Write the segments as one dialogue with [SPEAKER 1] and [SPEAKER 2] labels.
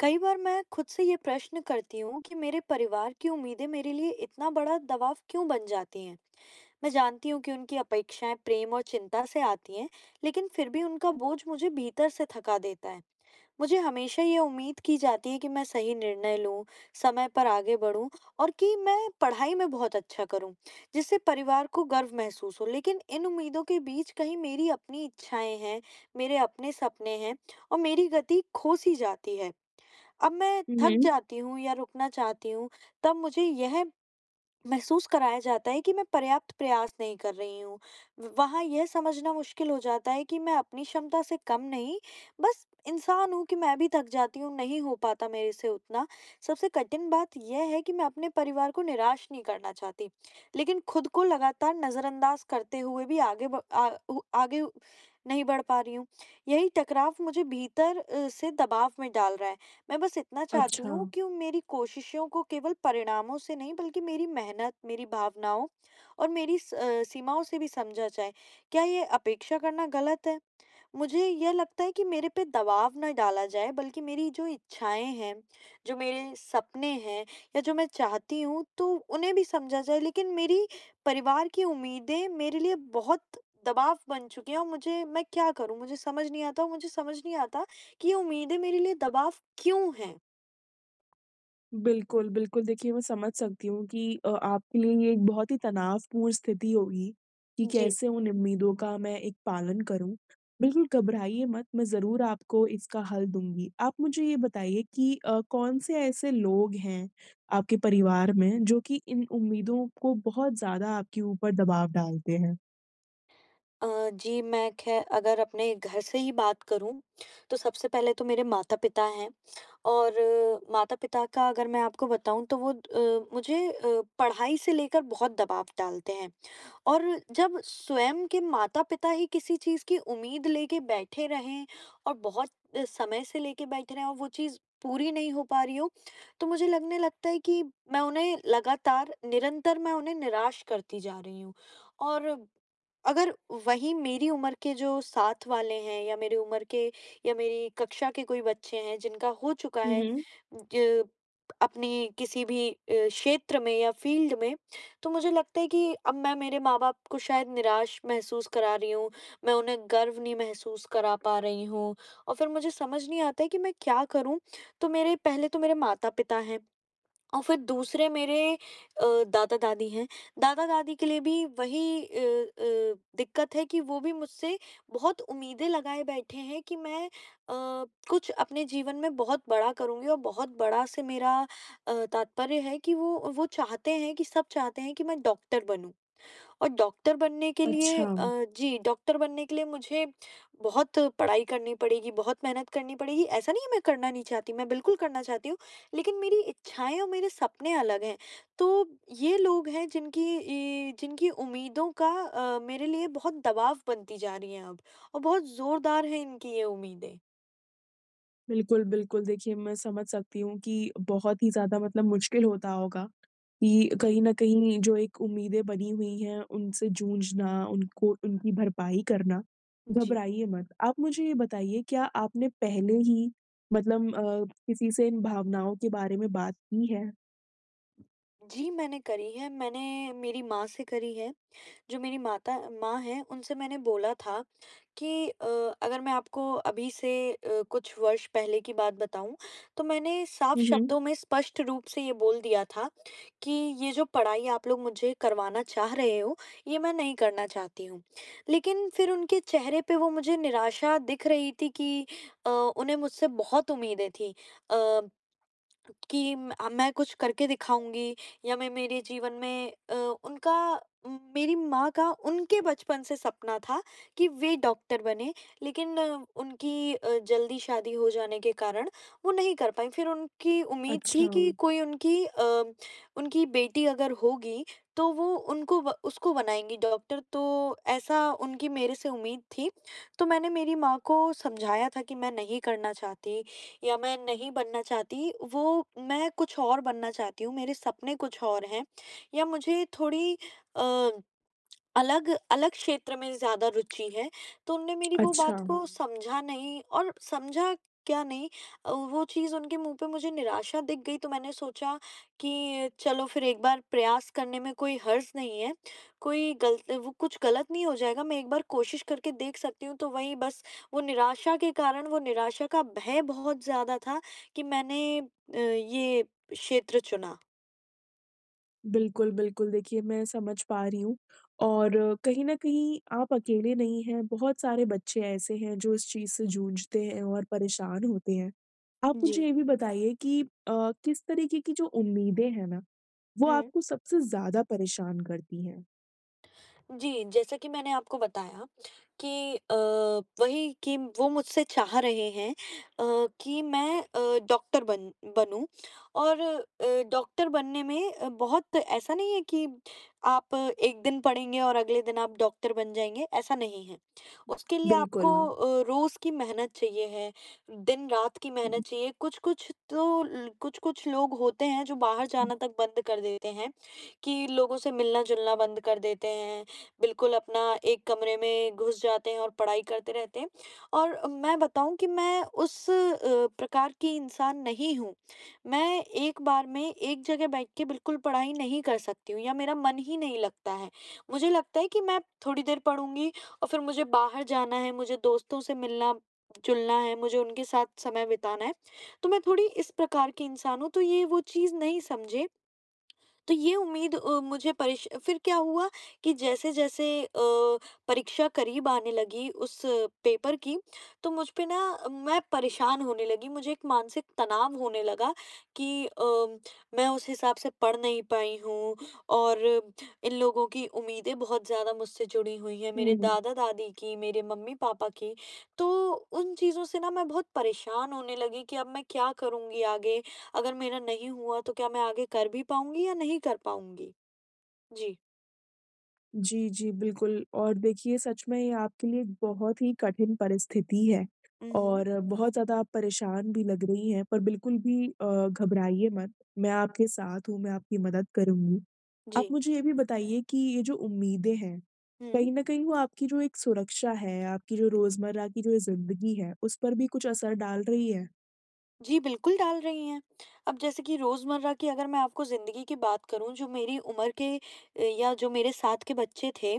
[SPEAKER 1] कई बार मैं खुद से ये प्रश्न करती हूँ कि मेरे परिवार की उम्मीदें मेरे लिए इतना बड़ा दबाव क्यों बन जाती हैं। मैं जानती हूँ कि उनकी अपेक्षाएं प्रेम और चिंता से आती हैं, लेकिन फिर भी उनका बोझ मुझे भीतर से थका देता है। मुझे हमेशा ये उम्मीद की जाती है कि मैं सही निर्णय लूं, समय पर आगे बढ़ूं और कि मैं पढ़ाई में बहुत अच्छा करूं, जिससे परिवार को गर्व महसूस हो। लेकिन इन उम्मीदों के बीच कहीं मेरी अपनी इच्छाएं हैं, मेरे अपने सपने हैं और मेरी गति खो सी जाती है। अब मैं
[SPEAKER 2] हुँ,
[SPEAKER 1] थक
[SPEAKER 2] हुँ।
[SPEAKER 1] जाती हूँ या रुकना चाहती हूँ, तब मुझे यह महसूस कराया जाता है कि मैं पर्याप्त प्रयास नहीं कर रही हूँ। व वहाँ यह समझना मुश्किल हो जाता है कि मैं अपनी क्षमता से कम नहीं, बस इंसान हूँ कि मैं भी थक जाती हूँ, नहीं हो पाता मेरे से उतना। सबसे कठिन बात यह है कि मैं अपने परिवार को निराश नहीं करना चाहती, लेकिन खुद को लगातार नज़रअंदाज करते हुए भी आगे ब आ उ आगे नहीं बढ़ पा रही हूँ। यही टकराव मुझे भीतर से दबाव में डाल रहा है। मैं बस इतना चाहती
[SPEAKER 2] अच्छा,
[SPEAKER 1] हूँ कि उन मेरी कोशिशों को केवल परिणामों से नहीं बल्कि मेरी मेहनत, मेरी भावनाओं और मेरी सीमाओं से भी समझा जाए। क्या ये अपेक्षा करना गलत है? मुझे यह लगता है कि मेरे पे दबाव ना डाला जाए बल्कि मेरी जो इच्छाएं हैं, जो मेरे सपने हैं या जो मैं चाहती हूँ तो उन्हें भी समझा जाए लेकिन मेरी परिवार की उम्मीदें मेरे लिए बहुत दबाव बन चुकी हैं और मुझे मैं क्या करूँ मुझे समझ नहीं आता और मुझे समझ नहीं आता कि ये उम्मीदें मेरे लिए दबाव क्यों हैं।
[SPEAKER 2] बिल्कुल, बिल्कुल देखिए मैं समझ सकती हूँ कि आपके लिए ये एक बहुत ही तनावपूर्ण स्थिति होगी, कि
[SPEAKER 1] जी
[SPEAKER 2] कैसे उन उम्मीदों का मैं एक पालन करूँ। बिल्कुल घबराइए मत, मैं ज़रूर आपको इसका हल दूँगी। आप मुझे ये बताइए कि कौन से ऐसे लोग हैं आपके परिवार में जो कि इन उम्मीदों को बहुत ज़्यादा आपके ऊपर दबाव डालते हैं?
[SPEAKER 1] अ, जी, मैं ख़ैर अगर अपने घर से ही बात करूँ, तो सबसे पहले तो मेरे माता-पिता हैं और माता-पिता का अगर मैं आपको बताऊँ तो वो मुझे पढ़ाई से लेकर बहुत दबाव डालते हैं। और जब स्वयं के माता-पिता ही किसी चीज़ की उम्मीद लेके बैठे रहें और बहुत समय से लेके बैठे रहें और वो चीज़ पूरी नहीं हो पा रही हो, तो मुझे लगने लगता है कि मैं उन्हें लगातार, निरंतर मैं उन्हें निराश करती जा रही हूँ। और अगर वहीं मेरी उम्र के जो साथ वाले हैं या मेरी उम्र के या मेरी कक्षा के कोई बच्चे हैं जिनका हो चुका
[SPEAKER 2] हुँ,
[SPEAKER 1] है
[SPEAKER 2] हुँ।
[SPEAKER 1] ज अपनी किसी भी क्षेत्र में या फ़ील्ड में तो मुझे लगता है कि अब मैं मेरे माँ-बाप को शायद निराश महसूस करा रही हूँ, मैं उन्हें गर्व नहीं महसूस करा पा रही हूँ और फिर मुझे समझ नहीं आता है कि मैं क्या करूँ? तो मेरे पहले तो मेरे माता-पिता हैं, और फिर दूसरे मेरे दादा-दादी हैं। दादा-दादी के लिए भी वही दिक्कत है कि वो भी मुझसे बहुत उम्मीदें लगाए बैठे हैं कि मैं अ, कुछ अपने जीवन में बहुत बड़ा करूँगी और बहुत बड़ा से मेरा तात्पर्य है कि वो चाहते हैं कि सब चाहते हैं कि मैं डॉक्टर बनूँ। और
[SPEAKER 2] अच्छा।
[SPEAKER 1] डॉक्टर बनने के लिए मुझे बहुत पढ़ाई करनी पड़ेगी, बहुत मेहनत करनी पड़ेगी। ऐसा नहीं है मैं करना नहीं चाहती, मैं बिल्कुल करना चाहती हूँ, लेकिन मेरी इच्छाएँ और मेरे सपने अलग हैं। तो ये लोग हैं जिनकी उम्मीदों का मेरे लिए बहुत दबाव बनती जा रही है अब और बहुत ज़ोरदार हैं इनकी ये उम्मीदें।
[SPEAKER 2] बिल्कुल, बिल्कुल। देखिए, मैं समझ सकती हूँ कि बहुत ही ज़्यादा मतलब मुश्किल होता होगा कि
[SPEAKER 1] जी,
[SPEAKER 2] कहीं न कहीं जो एक उम्मीदें बनी हुई हैं, उनसे जूझना, उनको उनकी भरपाई करना।
[SPEAKER 1] जी।
[SPEAKER 2] घबराइए मत। आप मुझे ये बताइए, क्या आपने पहले ही मतलब किसी से इन भावनाओं के बारे में बात की है?
[SPEAKER 1] जी, मैंने करी है, मैंने मेरी माँ से करी है, जो मेरी माता माँ हैं, उनसे मैंने बोला था कि अगर मैं आपको अभी से कुछ वर्ष पहले की बात बताऊँ, तो मैंने साफ
[SPEAKER 2] हुँ, हुँ।
[SPEAKER 1] शब्दों में स्पष्ट रूप से ये बोल दिया था कि ये जो पढ़ाई आप लोग मुझे करवाना चाह रहे हो, ये मैं नहीं करना चाहती हूँ। लेकिन फिर उनके चेहरे पे वो मुझे निराशा दिख रही थी कि उन्हें मुझसे बहुत उम्मीदें थी। अ, मैं कुछ करके दिखाऊँगी या मैं मेरे जीवन में उनका मेरी माँ का उनके बचपन से सपना था कि वे डॉक्टर बने, लेकिन उनकी जल्दी शादी हो जाने के कारण वो नहीं कर पाईं। फिर उनकी उम्मीद
[SPEAKER 2] अच्छा,
[SPEAKER 1] थी कि कोई उनकी बेटी अगर होगी, तो वो उनको ब उसको बनाएँगी डॉक्टर, तो ऐसा उनकी मेरे से उम्मीद थी। तो मैंने मेरी माँ को समझाया था कि मैं नहीं करना चाहती या मैं नहीं बनना चाहती, वो मैं कुछ और बनना चाहती हूँ, मेरे सपने कुछ और हैं या मुझे थोड़ी अ अलग अलग क्षेत्र में ज़्यादा रुचि है, तो उनने मेरी वो
[SPEAKER 2] अच्छा।
[SPEAKER 1] बात को समझा नहीं और समझा क्या नहीं अ, वो चीज़ उनके मुँह पे मुझे निराशा दिख गई तो मैंने सोचा कि चलो फिर एक बार प्रयास करने में कोई हर्ज़ नहीं है, कोई गलत वो कुछ गलत नहीं हो जाएगा, मैं एक बार कोशिश करके देख सकती हूँ, तो वही बस वो निराशा का भय बहुत ज़्यादा था कि मैंने ये क्षेत्र चुना।
[SPEAKER 2] बिल्कुल, बिल्कुल। देखिए, मैं समझ पा रही हूँ और कहीं न कहीं आप अकेले नहीं हैं, बहुत सारे बच्चे ऐसे हैं जो इस चीज़ से जूझते हैं और परेशान होते हैं। आप
[SPEAKER 1] जी।
[SPEAKER 2] मुझे ये भी बताइए कि किस तरीके की जो उम्मीदें हैं ना, वो
[SPEAKER 1] हुँ।
[SPEAKER 2] आपको सबसे ज़्यादा परेशान करती हैं?
[SPEAKER 1] जी, जैसा कि मैंने आपको बताया कि वही कि वो मुझसे चाह रहे हैं कि मैं डॉक्टर बन बनूँ और डॉक्टर बनने में बहुत ऐसा नहीं है कि आप एक दिन पढ़ेंगे और अगले दिन आप डॉक्टर बन जाएँगे, ऐसा नहीं है। उसके लिए आपको
[SPEAKER 2] बिल्कुल।
[SPEAKER 1] रोज़ की मेहनत चाहिए है, दिन-रात की मेहनत चाहिए। कुछ-कुछ तो ल कुछ-कुछ लोग होते हैं जो बाहर जाना तक बंद कर देते हैं, कि लोगों से मिलना-जुलना बंद कर देते हैं बिल्कुल अपना एक कमरे में घुस जाते हैं और पढ़ाई करते रहते हैं। और मैं बताऊँ कि मैं प्रकार की इंसान नहीं हूँ। मैं एक बार में एक जगह बैठ के बिल्कुल पढ़ाई नहीं कर सकती हूँ या मेरा मन ही नहीं लगता है। मुझे लगता है कि मैं थोड़ी देर पढ़ूँगी और फिर मुझे बाहर जाना है, मुझे दोस्तों से मिलना-जुलना है, मुझे उनके साथ समय बिताना है। तो मैं थोड़ी इस प्रकार की इंसान हूँ, तो ये वो चीज़ नहीं समझें तो ये उम्मीद अ, मुझे परिश फिर क्या हुआ कि जैसे-जैसे परीक्षा करीब आने लगी उस पेपर की, तो मुझ पे ना अ, मैं परेशान होने लगी, मुझे एक मानसिक तनाव होने लगा कि मैं उस हिसाब से पढ़ नहीं पाई हूँ और इन लोगों की उम्मीदें बहुत ज़्यादा मुझसे जुड़ी हुई हैं, मेरे
[SPEAKER 2] हुँ।
[SPEAKER 1] दादा-दादी की, मेरे मम्मी-पापा की। तो उन चीज़ों से ना मैं बहुत परेशान होने लगी कि अब मैं क्या करूँगी आगे? अगर मेरा नहीं हुआ तो क्या मैं आगे कर भी पाऊँगी या नहीं कर पाऊँगी? जी।
[SPEAKER 2] जी, जी, बिल्कुल और देखिए सच में ये आपके लिए एक बहुत ही कठिन परिस्थिति है
[SPEAKER 1] हुँ, हुँ।
[SPEAKER 2] और बहुत ज़्यादा आप परेशान भी लग रही हैं, पर बिल्कुल भी घबराइए मत। मैं आपके साथ हूँ, मैं आपकी मदद करूँगी।
[SPEAKER 1] जी।
[SPEAKER 2] आप मुझे ये भी बताइए कि ये जो उम्मीदें हैं,
[SPEAKER 1] हुँ।
[SPEAKER 2] कहीं न कहीं वो आपकी जो एक सुरक्षा है, आपकी जो रोज़मर्रा की जो ज़िंदगी है, उस पर भी कुछ असर डाल रही है?
[SPEAKER 1] जी, बिल्कुल डाल रही हैं। अब जैसे कि रोज़मर्रा की अगर मैं आपको ज़िंदगी की बात करूँ जो मेरी उम्र के या जो मेरे साथ के बच्चे थे,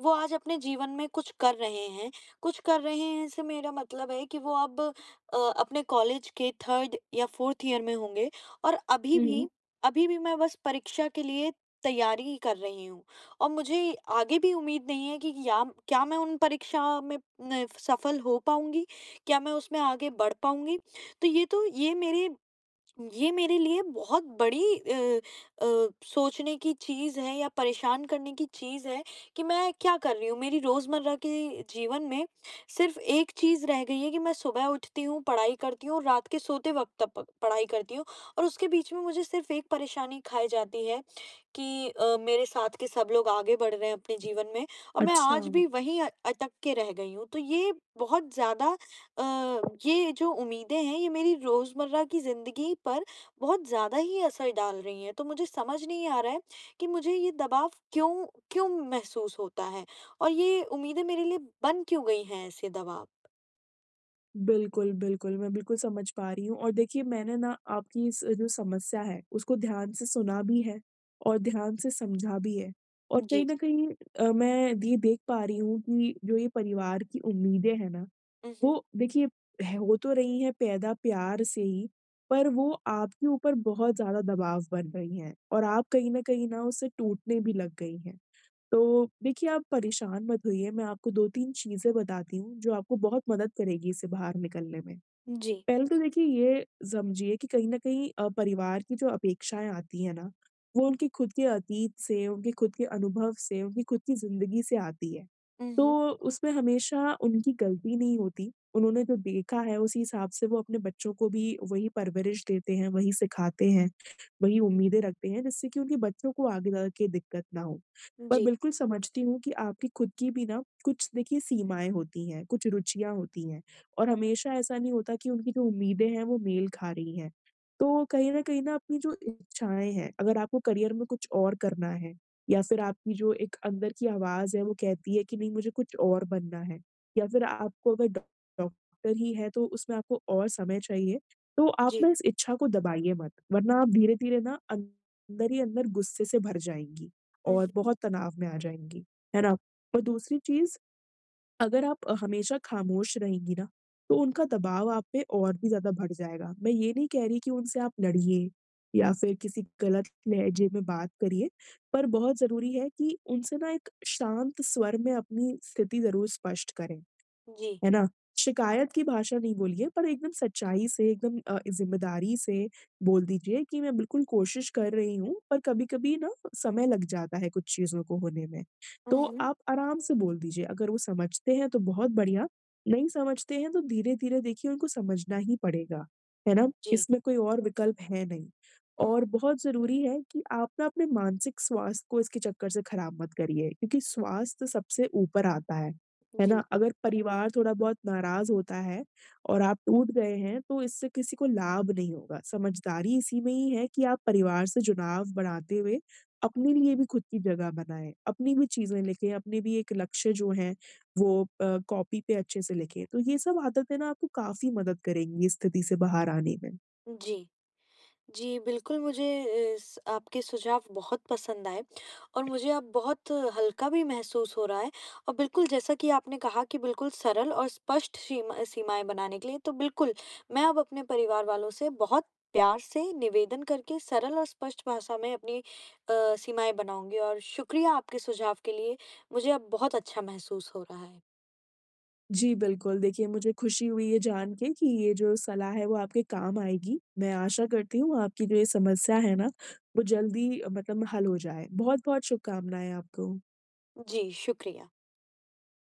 [SPEAKER 1] वो आज अपने जीवन में कुछ कर रहे हैं। कुछ कर रहे हैं से मेरा मतलब है कि वो अब अपने कॉलेज के 3rd या 4th ईयर में होंगे और
[SPEAKER 2] हुँ।
[SPEAKER 1] अभी भी मैं बस परीक्षा के लिए तैयारी ही कर रही हूँ और मुझे आगे भी उम्मीद नहीं है कि या क्या मैं उन परीक्षा में न सफल हो पाऊँगी? क्या मैं उसमें आगे बढ़ पाऊँगी? तो ये तो ये मेरे ये मेरे लिए बहुत बड़ी सोचने की चीज़ है या परेशान करने की चीज़ है कि मैं क्या कर रही हूँ। मेरी रोज़मर्रा के जीवन में सिर्फ़ एक चीज़ रह गई है कि मैं सुबह उठती हूँ, पढ़ाई करती हूँ और रात के सोते वक़्त तक प पढ़ाई करती हूँ और उसके बीच में मुझे सिर्फ़ एक परेशानी खाए जाती है। कि मेरे साथ के सब लोग आगे बढ़ रहे हैं अपने जीवन में और मैं
[SPEAKER 2] अच्छा।
[SPEAKER 1] आज भी वहीं अटक के रह गई हूँ। तो ये बहुत ज़्यादा अ, ये जो उम्मीदें हैं ये मेरी रोज़मर्रा की ज़िंदगी पर बहुत ज़्यादा ही असर डाल रही हैं। तो मुझे समझ नहीं आ रहा है कि मुझे ये दबाव क्यों क्यों महसूस होता है और ये उम्मीदें मेरे लिए बन क्यों गई हैं ऐसे दबाव?
[SPEAKER 2] बिल्कुल, बिल्कुल। मैं बिल्कुल समझ पा रही हूँ और देखिए मैंने ना आपकी इस जो समस्या है उसको ध्यान से सुना भी है और ध्यान से समझा भी है। और कहीं
[SPEAKER 1] जी।
[SPEAKER 2] न कहीं मैं ये देख पा रही हूँ कि जो ये परिवार की उम्मीदें हैं ना,
[SPEAKER 1] उहुँ।
[SPEAKER 2] वो देखिए है हो तो रही हैं पैदा प्यार से ही, पर वो आपके ऊपर बहुत ज़्यादा दबाव बन रही हैं और आप कहीं न कहीं ना उससे टूटने भी लग गई हैं। तो देखिए, आप परेशान मत होइए, मैं आपको 2-3 चीज़ें बताती हूँ, जो आपको बहुत मदद करेगी इससे बाहर निकलने में।
[SPEAKER 1] जी।
[SPEAKER 2] पहले तो देखिए ये समझिए कि कहीं न कहीं परिवार की जो अपेक्षाएँ आती हैं ना, वो उनके खुद के अतीत से, उनके खुद के अनुभव से, उनकी खुद की ज़िंदगी से आती है।
[SPEAKER 1] उहुँ।
[SPEAKER 2] तो उसमें हमेशा उनकी गलती नहीं होती। उन्होंने जो देखा है उसी हिसाब से वो अपने बच्चों को भी वही परवरिश देते हैं, वही सिखाते हैं, वही उम्मीदें रखते हैं जिससे कि उनके बच्चों को आगे जा के दिक्कत ना हो। पर
[SPEAKER 1] जी,
[SPEAKER 2] बिल्कुल समझती हूँ कि आपकी खुद की भी ना कुछ देखिए सीमाएँ होती हैं, कुछ रुचियाँ होती हैं। और हमेशा ऐसा नहीं होता कि उनकी जो उम्मीदें हैं वो मेल खा रही हैं। तो कहीं न कहीं ना अपनी जो इच्छाएँ हैं, अगर आपको करियर में कुछ और करना है या फिर आपकी जो एक अंदर की आवाज़ है वो कहती है कि नहीं मुझे कुछ और बनना है या फिर आपको अगर डॉ डॉक्टर ही है तो उसमें आपको और समय चाहिए, तो आप
[SPEAKER 1] जी।
[SPEAKER 2] ना इस इच्छा को दबाइए मत, वरना आप धीरे-धीरे ना अंदर ही अंदर गुस्से से भर जाएँगी और
[SPEAKER 1] उहुँ।
[SPEAKER 2] बहुत तनाव में आ जाएँगी, है ना? और दूसरी चीज़ अगर आप हमेशा खामोश रहेंगी ना, तो उनका दबाव आप पे और भी ज़्यादा बढ़ जाएगा। मैं ये नहीं कह रही कि उनसे आप लड़िए या फिर किसी गलत लहजे में बात करिए, पर बहुत ज़रूरी है कि उनसे ना एक शांत स्वर में अपनी स्थिति ज़रूर स्पष्ट करें।
[SPEAKER 1] जी।
[SPEAKER 2] है ना? शिकायत की भाषा नहीं बोलिए पर एकदम सच्चाई से एकदम ज़िम्मेदारी से बोल दीजिए कि मैं बिल्कुल कोशिश कर रही हूँ, पर कभी-कभी ना समय लग जाता है कुछ चीज़ों को होने में। तो
[SPEAKER 1] उहुँ।
[SPEAKER 2] आप आराम से बोल दीजिए, अगर वो समझते हैं तो बहुत बढ़िया, नहीं समझते हैं तो धीरे-धीरे देखिए उनको समझना ही पड़ेगा, है ना?
[SPEAKER 1] जी।
[SPEAKER 2] इसमें कोई और विकल्प है नहीं। और
[SPEAKER 1] उहुँ।
[SPEAKER 2] बहुत ज़रूरी है कि आप ना अपने मानसिक स्वास्थ्य को इसके चक्कर से खराब मत करिए, क्योंकि स्वास्थ्य सबसे ऊपर आता है। है ना?
[SPEAKER 1] जी।
[SPEAKER 2] अगर परिवार थोड़ा-बहुत नाराज़ होता है और आप टूट गए हैं, तो इससे किसी को लाभ नहीं होगा। समझदारी इसी में ही है कि आप परिवार से जुड़ाव बढ़ाते हुए अपने लिए भी खुद की जगह बनाएँ। अपनी भी चीज़ें लिखें, अपने भी एक लक्ष्य जो हैं वो कॉपी पे अच्छे से लिखें। तो ये सब आदतें ना आपको काफ़ी मदद करेंगी इस स्थिति से बाहर आने में।
[SPEAKER 1] जी। जी, बिल्कुल मुझे इस आपके सुझाव बहुत पसंद आए और मुझे अब बहुत हल्का भी महसूस हो रहा है और बिल्कुल जैसा कि आपने कहा कि बिल्कुल सरल और स्पष्ट सीमाएँ बनाने के लिए, तो बिल्कुल मैं अब अपने परिवार वालों से बहुत प्यार से निवेदन करके सरल और स्पष्ट भाषा में अपनी सीमाएँ बनाऊँगी और शुक्रिया आपके सुझाव के लिए, मुझे अब बहुत अच्छा महसूस हो रहा है।
[SPEAKER 2] जी, बिल्कुल। देखिए, मुझे खुशी हुई ये जान के कि ये जो सलाह है वो आपके काम आएगी। मैं आशा करती हूँ आपकी जो ये समस्या है ना, वो जल्दी मतलब हल हो जाए। बहुत-बहुत शुभकामनाएँ आपको।
[SPEAKER 1] जी, शुक्रिया।